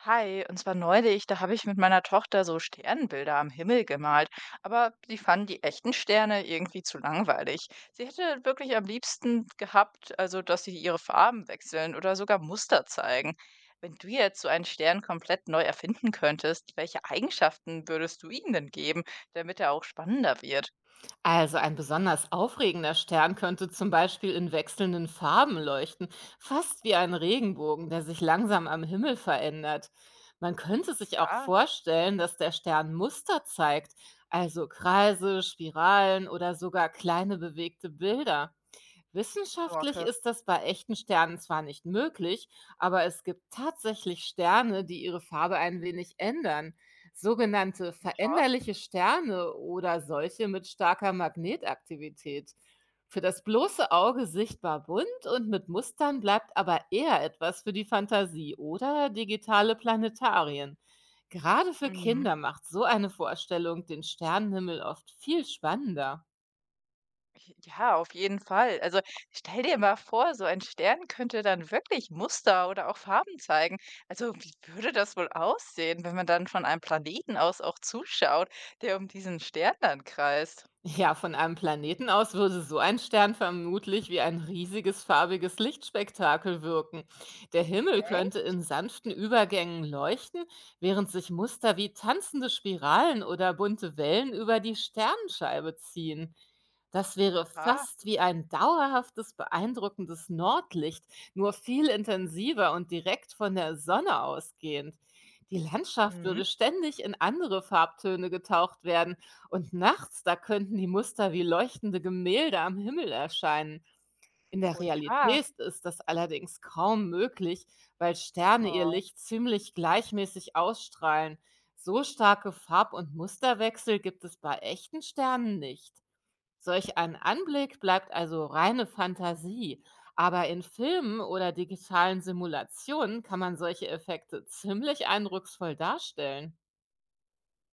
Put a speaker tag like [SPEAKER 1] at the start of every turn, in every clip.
[SPEAKER 1] Hi, und zwar neulich, da habe ich mit meiner Tochter so Sternbilder am Himmel gemalt, aber sie fanden die echten Sterne irgendwie zu langweilig. Sie hätte wirklich am liebsten gehabt, also dass sie ihre Farben wechseln oder sogar Muster zeigen. Wenn du jetzt so einen Stern komplett neu erfinden könntest, welche Eigenschaften würdest du ihm denn geben, damit er auch spannender wird?
[SPEAKER 2] Also ein besonders aufregender Stern könnte zum Beispiel in wechselnden Farben leuchten, fast wie ein Regenbogen, der sich langsam am Himmel verändert. Man könnte sich auch
[SPEAKER 1] Ja,
[SPEAKER 2] vorstellen, dass der Stern Muster zeigt, also Kreise, Spiralen oder sogar kleine bewegte Bilder. Wissenschaftlich
[SPEAKER 1] Norke.
[SPEAKER 2] ist das bei echten Sternen zwar nicht möglich, aber es gibt tatsächlich Sterne, die ihre Farbe ein wenig ändern. Sogenannte
[SPEAKER 1] Ja.
[SPEAKER 2] veränderliche Sterne oder solche mit starker Magnetaktivität. Für das bloße Auge sichtbar bunt und mit Mustern bleibt aber eher etwas für die Fantasie oder digitale Planetarien. Gerade für
[SPEAKER 1] Mhm.
[SPEAKER 2] Kinder macht so eine Vorstellung den Sternenhimmel oft viel spannender.
[SPEAKER 1] Ja, auf jeden Fall. Also stell dir mal vor, so ein Stern könnte dann wirklich Muster oder auch Farben zeigen. Also wie würde das wohl aussehen, wenn man dann von einem Planeten aus auch zuschaut, der um diesen Stern dann kreist?
[SPEAKER 2] Ja, von einem Planeten aus würde so ein Stern vermutlich wie ein riesiges farbiges Lichtspektakel wirken. Der Himmel könnte
[SPEAKER 1] Echt?
[SPEAKER 2] in sanften Übergängen leuchten, während sich Muster wie tanzende Spiralen oder bunte Wellen über die Sternenscheibe ziehen. Das wäre
[SPEAKER 1] Ja.
[SPEAKER 2] fast wie ein dauerhaftes, beeindruckendes Nordlicht, nur viel intensiver und direkt von der Sonne ausgehend. Die Landschaft
[SPEAKER 1] Mhm.
[SPEAKER 2] würde ständig in andere Farbtöne getaucht werden und nachts, da könnten die Muster wie leuchtende Gemälde am Himmel erscheinen. In der
[SPEAKER 1] Oh ja.
[SPEAKER 2] Realität ist das allerdings kaum möglich, weil Sterne ihr
[SPEAKER 1] Oh.
[SPEAKER 2] Licht ziemlich gleichmäßig ausstrahlen. So starke Farb- und Musterwechsel gibt es bei echten Sternen nicht. Solch ein Anblick bleibt also reine Fantasie, aber in Filmen oder digitalen Simulationen kann man solche Effekte ziemlich eindrucksvoll darstellen.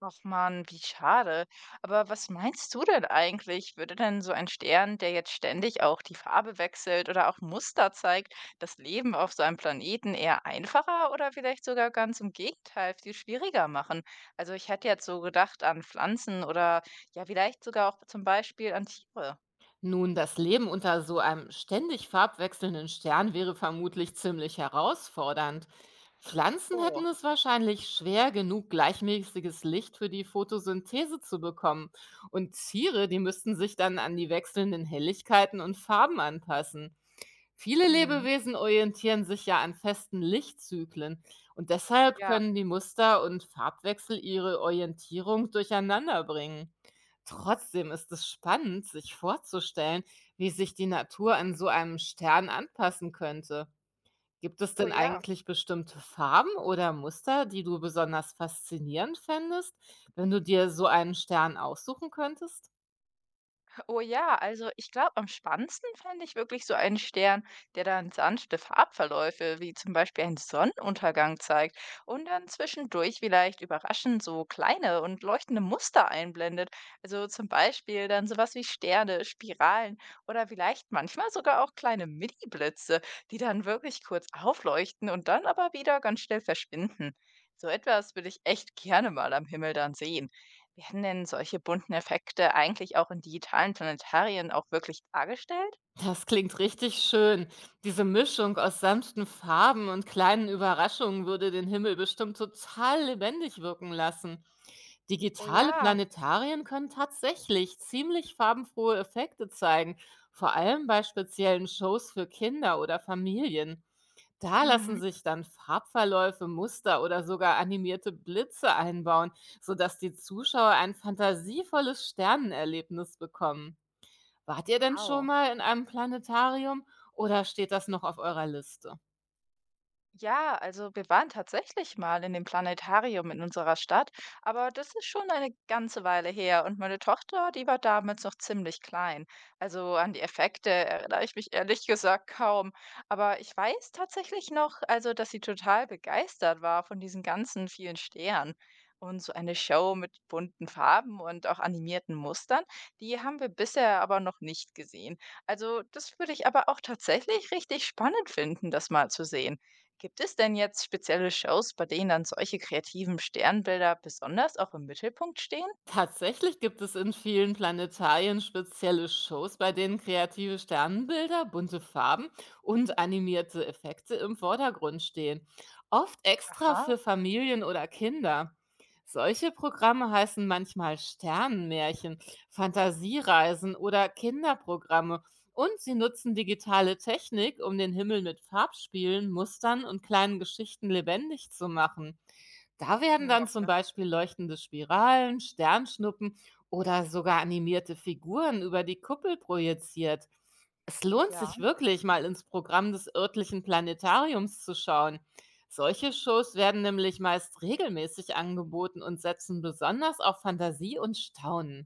[SPEAKER 1] Och man, wie schade. Aber was meinst du denn eigentlich? Würde denn so ein Stern, der jetzt ständig auch die Farbe wechselt oder auch Muster zeigt, das Leben auf seinem Planeten eher einfacher oder vielleicht sogar ganz im Gegenteil viel schwieriger machen? Also ich hätte jetzt so gedacht an Pflanzen oder ja, vielleicht sogar auch zum Beispiel an Tiere.
[SPEAKER 2] Nun, das Leben unter so einem ständig farbwechselnden Stern wäre vermutlich ziemlich herausfordernd. Pflanzen hätten
[SPEAKER 1] Oh.
[SPEAKER 2] es wahrscheinlich schwer genug, gleichmäßiges Licht für die Photosynthese zu bekommen. Und Tiere, die müssten sich dann an die wechselnden Helligkeiten und Farben anpassen. Viele
[SPEAKER 1] Mhm.
[SPEAKER 2] Lebewesen orientieren sich ja an festen Lichtzyklen und deshalb
[SPEAKER 1] Ja.
[SPEAKER 2] können die Muster und Farbwechsel ihre Orientierung durcheinander bringen. Trotzdem ist es spannend, sich vorzustellen, wie sich die Natur an so einem Stern anpassen könnte. Gibt es
[SPEAKER 1] Oh
[SPEAKER 2] denn
[SPEAKER 1] ja.
[SPEAKER 2] eigentlich bestimmte Farben oder Muster, die du besonders faszinierend fändest, wenn du dir so einen Stern aussuchen könntest?
[SPEAKER 1] Oh ja, also ich glaube, am spannendsten fände ich wirklich so einen Stern, der dann sanfte Farbverläufe wie zum Beispiel einen Sonnenuntergang zeigt und dann zwischendurch vielleicht überraschend so kleine und leuchtende Muster einblendet. Also zum Beispiel dann sowas wie Sterne, Spiralen oder vielleicht manchmal sogar auch kleine Mini-Blitze, die dann wirklich kurz aufleuchten und dann aber wieder ganz schnell verschwinden. So etwas würde ich echt gerne mal am Himmel dann sehen. Werden denn solche bunten Effekte eigentlich auch in digitalen Planetarien auch wirklich dargestellt?
[SPEAKER 2] Das klingt richtig schön. Diese Mischung aus sanften Farben und kleinen Überraschungen würde den Himmel bestimmt total lebendig wirken lassen.
[SPEAKER 1] Oh
[SPEAKER 2] Digitale
[SPEAKER 1] ja.
[SPEAKER 2] Planetarien können tatsächlich ziemlich farbenfrohe Effekte zeigen, vor allem bei speziellen Shows für Kinder oder Familien. Da lassen
[SPEAKER 1] Mhm.
[SPEAKER 2] sich dann Farbverläufe, Muster oder sogar animierte Blitze einbauen, sodass die Zuschauer ein fantasievolles Sternenerlebnis bekommen. Wart ihr denn schon
[SPEAKER 1] Wow.
[SPEAKER 2] mal in einem Planetarium oder steht das noch auf eurer Liste?
[SPEAKER 1] Ja, also wir waren tatsächlich mal in dem Planetarium in unserer Stadt, aber das ist schon eine ganze Weile her und meine Tochter, die war damals noch ziemlich klein. Also an die Effekte erinnere ich mich ehrlich gesagt kaum, aber ich weiß tatsächlich noch, also dass sie total begeistert war von diesen ganzen vielen Sternen. Und so eine Show mit bunten Farben und auch animierten Mustern, die haben wir bisher aber noch nicht gesehen. Also das würde ich aber auch tatsächlich richtig spannend finden, das mal zu sehen. Gibt es denn jetzt spezielle Shows, bei denen dann solche kreativen Sternbilder besonders auch im Mittelpunkt stehen?
[SPEAKER 2] Tatsächlich gibt es in vielen Planetarien spezielle Shows, bei denen kreative Sternbilder, bunte Farben und animierte Effekte im Vordergrund stehen. Oft extra
[SPEAKER 1] Aha,
[SPEAKER 2] für Familien oder Kinder. Solche Programme heißen manchmal Sternenmärchen, Fantasiereisen oder Kinderprogramme. Und sie nutzen digitale Technik, um den Himmel mit Farbspielen, Mustern und kleinen Geschichten lebendig zu machen. Da werden dann zum
[SPEAKER 1] Knorke.
[SPEAKER 2] Beispiel leuchtende Spiralen, Sternschnuppen oder sogar animierte Figuren über die Kuppel projiziert. Es lohnt
[SPEAKER 1] Ja.
[SPEAKER 2] sich wirklich, mal ins Programm des örtlichen Planetariums zu schauen. Solche Shows werden nämlich meist regelmäßig angeboten und setzen besonders auf Fantasie und Staunen.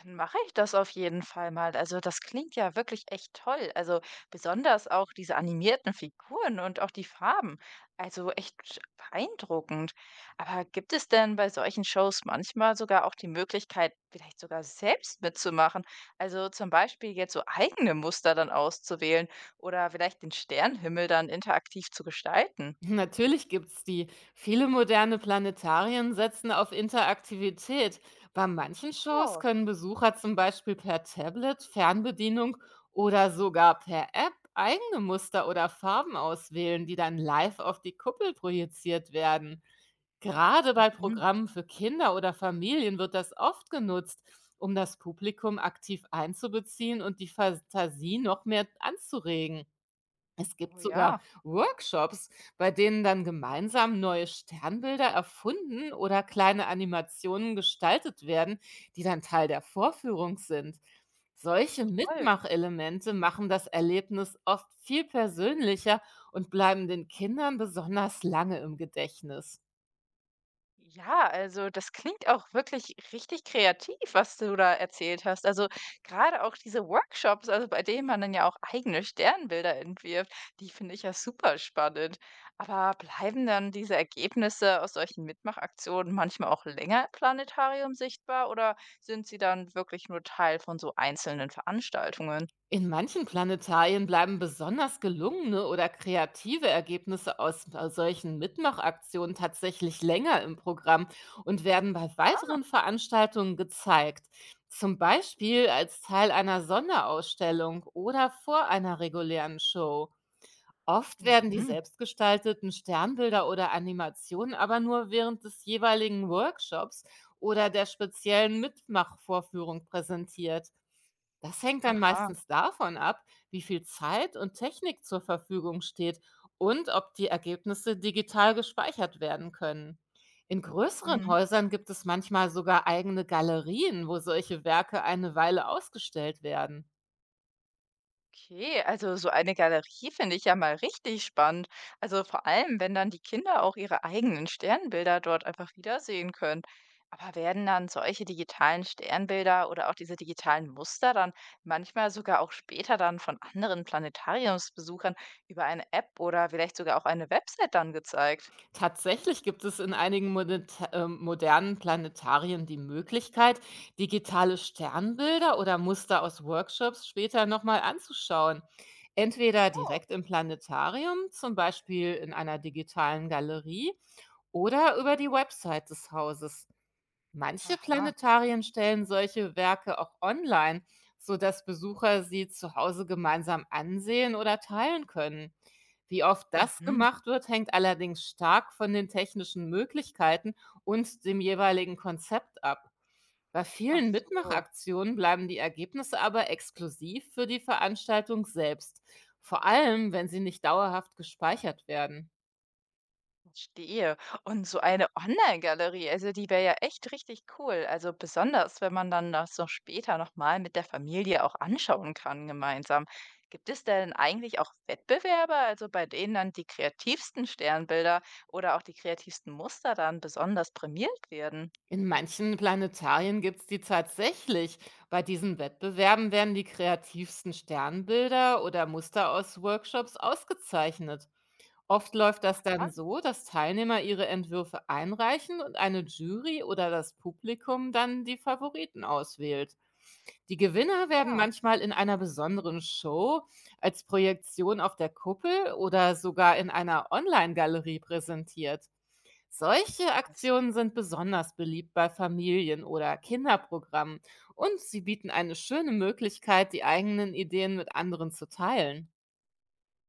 [SPEAKER 1] Dann mache ich das auf jeden Fall mal. Also, das klingt ja wirklich echt toll. Also, besonders auch diese animierten Figuren und auch die Farben. Also, echt beeindruckend. Aber gibt es denn bei solchen Shows manchmal sogar auch die Möglichkeit, vielleicht sogar selbst mitzumachen? Also, zum Beispiel jetzt so eigene Muster dann auszuwählen oder vielleicht den Sternenhimmel dann interaktiv zu gestalten?
[SPEAKER 2] Natürlich gibt's die. Viele moderne Planetarien setzen auf Interaktivität. Bei manchen Shows
[SPEAKER 1] Oh,
[SPEAKER 2] können Besucher zum Beispiel per Tablet, Fernbedienung oder sogar per App eigene Muster oder Farben auswählen, die dann live auf die Kuppel projiziert werden. Gerade bei
[SPEAKER 1] mhm.
[SPEAKER 2] Programmen für Kinder oder Familien wird das oft genutzt, um das Publikum aktiv einzubeziehen und die Fantasie noch mehr anzuregen. Es gibt
[SPEAKER 1] Oh
[SPEAKER 2] sogar
[SPEAKER 1] ja,
[SPEAKER 2] Workshops, bei denen dann gemeinsam neue Sternbilder erfunden oder kleine Animationen gestaltet werden, die dann Teil der Vorführung sind. Solche
[SPEAKER 1] toll.
[SPEAKER 2] Mitmachelemente machen das Erlebnis oft viel persönlicher und bleiben den Kindern besonders lange im Gedächtnis.
[SPEAKER 1] Ja, also das klingt auch wirklich richtig kreativ, was du da erzählt hast. Also gerade auch diese Workshops, also bei denen man dann ja auch eigene Sternbilder entwirft, die finde ich ja super spannend. Aber bleiben dann diese Ergebnisse aus solchen Mitmachaktionen manchmal auch länger im Planetarium sichtbar oder sind sie dann wirklich nur Teil von so einzelnen Veranstaltungen?
[SPEAKER 2] In manchen Planetarien bleiben besonders gelungene oder kreative Ergebnisse aus solchen Mitmachaktionen tatsächlich länger im Programm und werden bei weiteren Veranstaltungen gezeigt, zum Beispiel als Teil einer Sonderausstellung oder vor einer regulären Show. Oft
[SPEAKER 1] Ah,
[SPEAKER 2] werden die
[SPEAKER 1] mhm.
[SPEAKER 2] selbstgestalteten Sternbilder oder Animationen aber nur während des jeweiligen Workshops oder der speziellen Mitmachvorführung präsentiert. Das hängt dann
[SPEAKER 1] Aha.
[SPEAKER 2] meistens davon ab, wie viel Zeit und Technik zur Verfügung steht und ob die Ergebnisse digital gespeichert werden können. In größeren
[SPEAKER 1] Mm.
[SPEAKER 2] Häusern gibt es manchmal sogar eigene Galerien, wo solche Werke eine Weile ausgestellt werden.
[SPEAKER 1] Okay, also so eine Galerie finde ich ja mal richtig spannend. Also vor allem, wenn dann die Kinder auch ihre eigenen Sternbilder dort einfach wiedersehen können. Aber werden dann solche digitalen Sternbilder oder auch diese digitalen Muster dann manchmal sogar auch später dann von anderen Planetariumsbesuchern über eine App oder vielleicht sogar auch eine Website dann gezeigt?
[SPEAKER 2] Tatsächlich gibt es in einigen modernen Planetarien die Möglichkeit, digitale Sternbilder oder Muster aus Workshops später nochmal anzuschauen. Entweder
[SPEAKER 1] Oh,
[SPEAKER 2] direkt im Planetarium, zum Beispiel in einer digitalen Galerie, oder über die Website des Hauses. Manche
[SPEAKER 1] aha.
[SPEAKER 2] Planetarien stellen solche Werke auch online, sodass Besucher sie zu Hause gemeinsam ansehen oder teilen können. Wie oft das
[SPEAKER 1] Mhm.
[SPEAKER 2] gemacht wird, hängt allerdings stark von den technischen Möglichkeiten und dem jeweiligen Konzept ab. Bei
[SPEAKER 1] Ach
[SPEAKER 2] vielen
[SPEAKER 1] so.
[SPEAKER 2] Mitmachaktionen bleiben die Ergebnisse aber exklusiv für die Veranstaltung selbst, vor allem wenn sie nicht dauerhaft gespeichert werden.
[SPEAKER 1] Verstehe. Und so eine Online-Galerie, also die wäre ja echt richtig cool. Also besonders, wenn man dann das noch später nochmal mit der Familie auch anschauen kann gemeinsam. Gibt es denn eigentlich auch Wettbewerbe, also bei denen dann die kreativsten Sternbilder oder auch die kreativsten Muster dann besonders prämiert werden?
[SPEAKER 2] In manchen Planetarien gibt es die tatsächlich. Bei diesen Wettbewerben werden die kreativsten Sternbilder oder Muster aus Workshops ausgezeichnet. Oft läuft das
[SPEAKER 1] Aha,
[SPEAKER 2] dann so, dass Teilnehmer ihre Entwürfe einreichen und eine Jury oder das Publikum dann die Favoriten auswählt. Die Gewinner werden
[SPEAKER 1] ja.
[SPEAKER 2] manchmal in einer besonderen Show, als Projektion auf der Kuppel oder sogar in einer Online-Galerie präsentiert. Solche Aktionen sind besonders beliebt bei Familien oder Kinderprogrammen und sie bieten eine schöne Möglichkeit, die eigenen Ideen mit anderen zu teilen.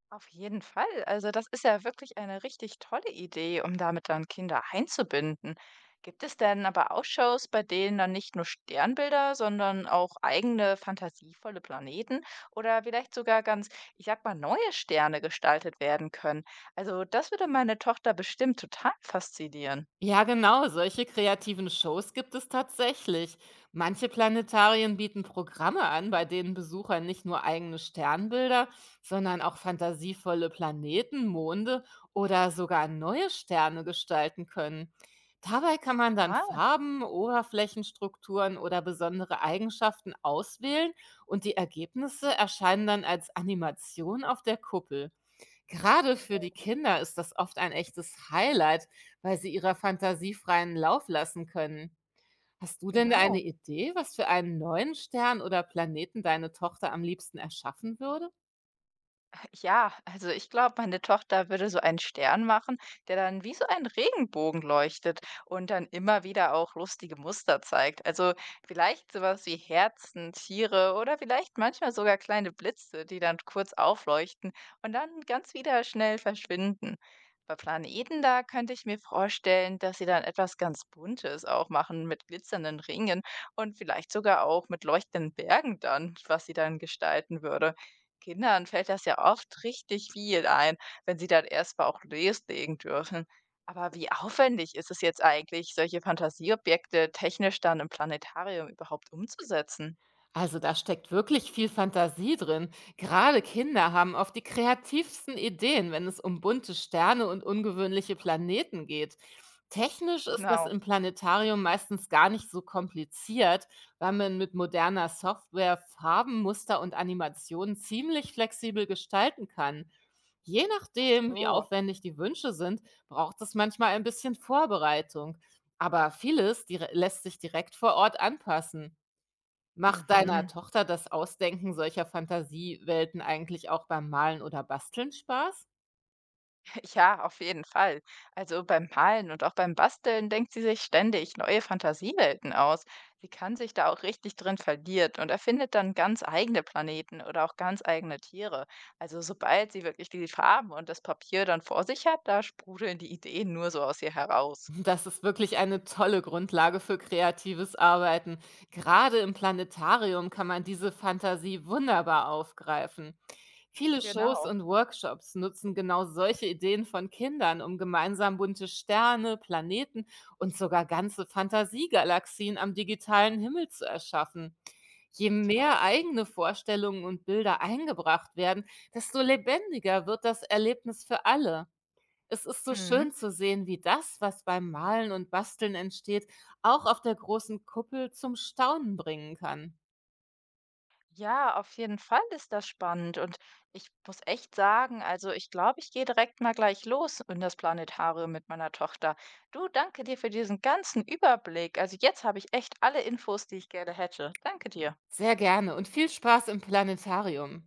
[SPEAKER 1] Auf jeden Fall. Also das ist ja wirklich eine richtig tolle Idee, um damit dann Kinder einzubinden. Gibt es denn aber auch Shows, bei denen dann nicht nur Sternbilder, sondern auch eigene fantasievolle Planeten oder vielleicht sogar ganz, ich sag mal, neue Sterne gestaltet werden können? Also das würde meine Tochter bestimmt total faszinieren.
[SPEAKER 2] Ja, genau, solche kreativen Shows gibt es tatsächlich. Manche Planetarien bieten Programme an, bei denen Besucher nicht nur eigene Sternbilder, sondern auch fantasievolle Planeten, Monde oder sogar neue Sterne gestalten können. Dabei kann man dann
[SPEAKER 1] Ah,
[SPEAKER 2] Farben, Oberflächenstrukturen oder besondere Eigenschaften auswählen und die Ergebnisse erscheinen dann als Animation auf der Kuppel. Gerade für die Kinder ist das oft ein echtes Highlight, weil sie ihrer Fantasie freien Lauf lassen können. Hast du denn eine
[SPEAKER 1] genau.
[SPEAKER 2] Idee, was für einen neuen Stern oder Planeten deine Tochter am liebsten erschaffen würde?
[SPEAKER 1] Ja, also ich glaube, meine Tochter würde so einen Stern machen, der dann wie so ein Regenbogen leuchtet und dann immer wieder auch lustige Muster zeigt. Also vielleicht sowas wie Herzen, Tiere oder vielleicht manchmal sogar kleine Blitze, die dann kurz aufleuchten und dann ganz wieder schnell verschwinden. Bei Planeten da könnte ich mir vorstellen, dass sie dann etwas ganz Buntes auch machen mit glitzernden Ringen und vielleicht sogar auch mit leuchtenden Bergen dann, was sie dann gestalten würde. Kindern fällt das ja oft richtig viel ein, wenn sie dann erst mal auch loslegen dürfen. Aber wie aufwendig ist es jetzt eigentlich, solche Fantasieobjekte technisch dann im Planetarium überhaupt umzusetzen?
[SPEAKER 2] Also da steckt wirklich viel Fantasie drin. Gerade Kinder haben oft die kreativsten Ideen, wenn es um bunte Sterne und ungewöhnliche Planeten geht. Technisch ist das
[SPEAKER 1] Genau.
[SPEAKER 2] im Planetarium meistens gar nicht so kompliziert, weil man mit moderner Software Farben, Muster und Animationen ziemlich flexibel gestalten kann. Je
[SPEAKER 1] Ach
[SPEAKER 2] nachdem, wie
[SPEAKER 1] so.
[SPEAKER 2] aufwendig die Wünsche sind, braucht es manchmal ein bisschen Vorbereitung. Aber vieles lässt sich direkt vor Ort anpassen. Macht deiner
[SPEAKER 1] Mhm.
[SPEAKER 2] Tochter das Ausdenken solcher Fantasiewelten eigentlich auch beim Malen oder Basteln Spaß?
[SPEAKER 1] Ja, auf jeden Fall. Also beim Malen und auch beim Basteln denkt sie sich ständig neue Fantasiewelten aus. Sie kann sich da auch richtig drin verliert und erfindet dann ganz eigene Planeten oder auch ganz eigene Tiere. Also sobald sie wirklich die Farben und das Papier dann vor sich hat, da sprudeln die Ideen nur so aus ihr heraus.
[SPEAKER 2] Das ist wirklich eine tolle Grundlage für kreatives Arbeiten. Gerade im Planetarium kann man diese Fantasie wunderbar aufgreifen. Viele Shows
[SPEAKER 1] Genau.
[SPEAKER 2] und Workshops nutzen genau solche Ideen von Kindern, um gemeinsam bunte Sterne, Planeten und sogar ganze Fantasiegalaxien am digitalen Himmel zu erschaffen. Je mehr
[SPEAKER 1] Toll.
[SPEAKER 2] eigene Vorstellungen und Bilder eingebracht werden, desto lebendiger wird das Erlebnis für alle. Es ist so
[SPEAKER 1] Mhm.
[SPEAKER 2] schön zu sehen, wie das, was beim Malen und Basteln entsteht, auch auf der großen Kuppel zum Staunen bringen kann.
[SPEAKER 1] Ja, auf jeden Fall ist das spannend und ich muss echt sagen, also ich glaube, ich gehe direkt mal gleich los in das Planetarium mit meiner Tochter. Du, danke dir für diesen ganzen Überblick. Also jetzt habe ich echt alle Infos, die ich gerne hätte. Danke dir.
[SPEAKER 2] Sehr gerne und viel Spaß im Planetarium.